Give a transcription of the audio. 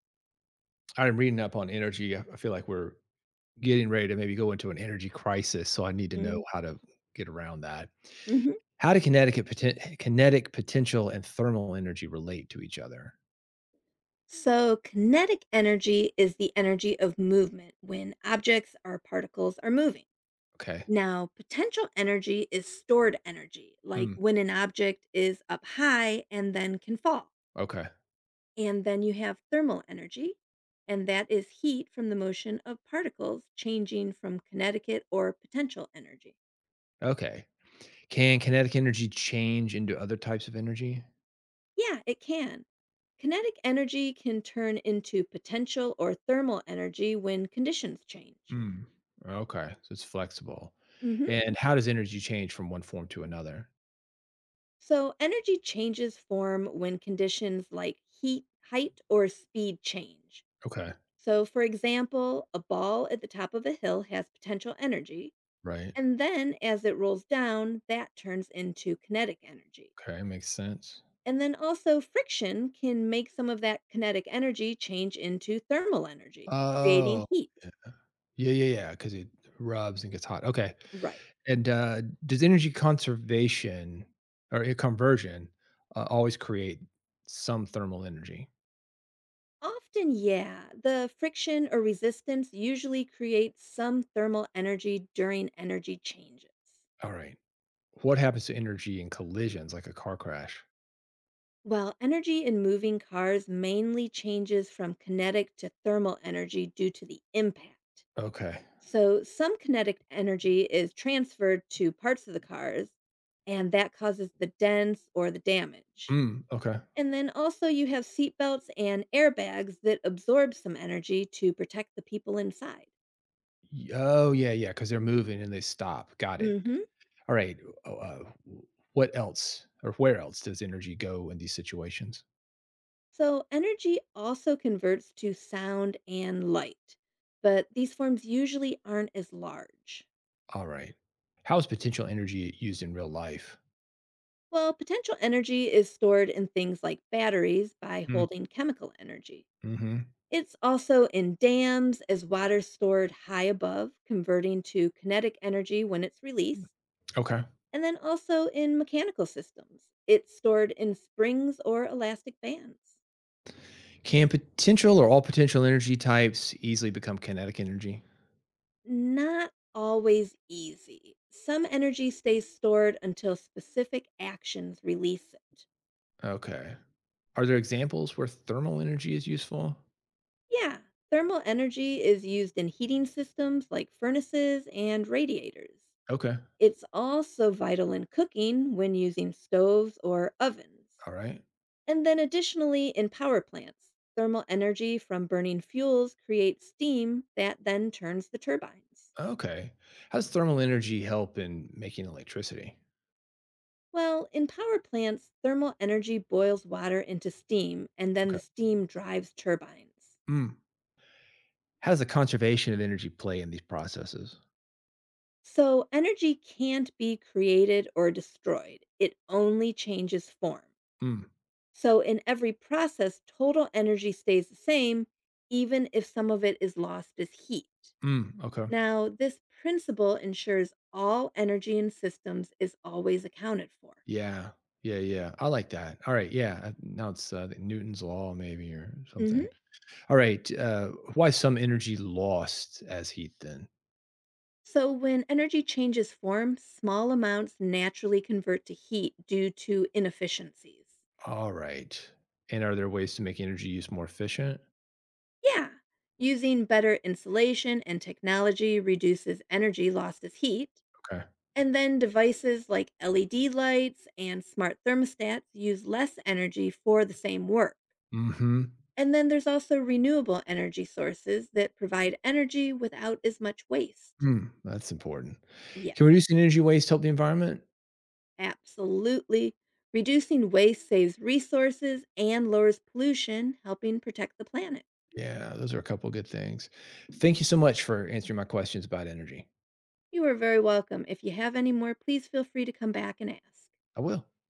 I'm reading up on energy. I feel like we're getting ready to maybe go into an energy crisis, so I need to Mm, know how to get around that. mhm. How do kinetic potential and thermal energy relate to each other? So, kinetic energy is the energy of movement when objects or particles are moving. Okay. Now, potential energy is stored energy, like Mm, when an object is up high and then can fall. okay. And then you have thermal energy, and that is heat from the motion of particles changing from kinetic or potential energy. Okay. Can kinetic energy change into other types of energy? Yeah, it can. Kinetic energy can turn into potential or thermal energy when conditions change. Mm, okay. So it's flexible. Mhm. And how does energy change from one form to another? So, energy changes form when conditions like heat, height, or speed change. Okay. So, for example, a ball at the top of a hill has potential energy, Right. and then as it rolls down, that turns into kinetic energy. Okay. Makes sense. And then also, friction can make some of that kinetic energy change into thermal energy, creating Oh, heat. yeah, yeah, yeah. Because it rubs and gets hot. Okay. Right. Does energy conservation or a conversion, always create some thermal energy? Often, yeah, the friction or resistance usually creates some thermal energy during energy changes. All right. What happens to energy in collisions like a car crash? Well, energy in moving cars mainly changes from kinetic to thermal energy due to the impact. Okay. So, some kinetic energy is transferred to parts of the cars, and that causes the dents or the damage. Mm, okay. And then also, you have seatbelts and airbags that absorb some energy to protect the people inside. Y Oh, yeah, yeah. Because 'cause they're moving and they stop. Got it. Hmm. All right. Oh, w What else or where else does energy go in these situations? So, energy also converts to sound and light, but these forms usually aren't as large. All right. How is potential energy used in real life? Well, potential energy is stored in things like batteries by Mm, holding chemical energy. mhm. It's also in dams as water stored high above, converting to kinetic energy when it's released, Okay. and then also in mechanical systems. It's stored in springs or elastic bands. Can potential or all potential energy types easily become kinetic energy? Not always easy. Some energy stays stored until specific actions release it. Okay. Are there examples where thermal energy is useful? Yeah, thermal energy is used in heating systems like furnaces and radiators. Okay. It's also vital in cooking when using stoves or ovens. All right. And then, additionally, in power plants, thermal energy from burning fuels creates steam that then turns the turbines. Okay. How does thermal energy help in making electricity? Well, in power plants, thermal energy boils water into steam, and then Okay. the steam drives turbines. Mm. How does the conservation of energy play in these processes? So, energy can't be created or destroyed, it only changes form. Mm. So, in every process, total energy stays the same, even if some of it is lost as heat. Mm. Okay. Now, this principle ensures all energy in systems is always accounted for. Yeah. Yeah. Yeah. I like that. All right. Yeah. Now it's Newton's law, maybe, or Mhm. something. All right. Why some energy lost as heat then? So, when energy changes form, small amounts naturally convert to heat due to inefficiencies. All right. And are there ways to make energy use more efficient? Yeah. Using better insulation and technology reduces energy lost as heat. Okay. And then devices like LED lights and smart thermostats use less energy for the same work. Mm-hmm. And then there's also renewable energy sources that provide energy without as much waste. Mm, that's important. Can Yes, reducing energy waste help the environment? absolutely. Reducing waste saves resources and lowers pollution, helping protect the planet. Yeah, those are a couple good things. Thank you so much for answering my questions about energy. You are very welcome. If you have any more, please feel free to come back and ask. I will.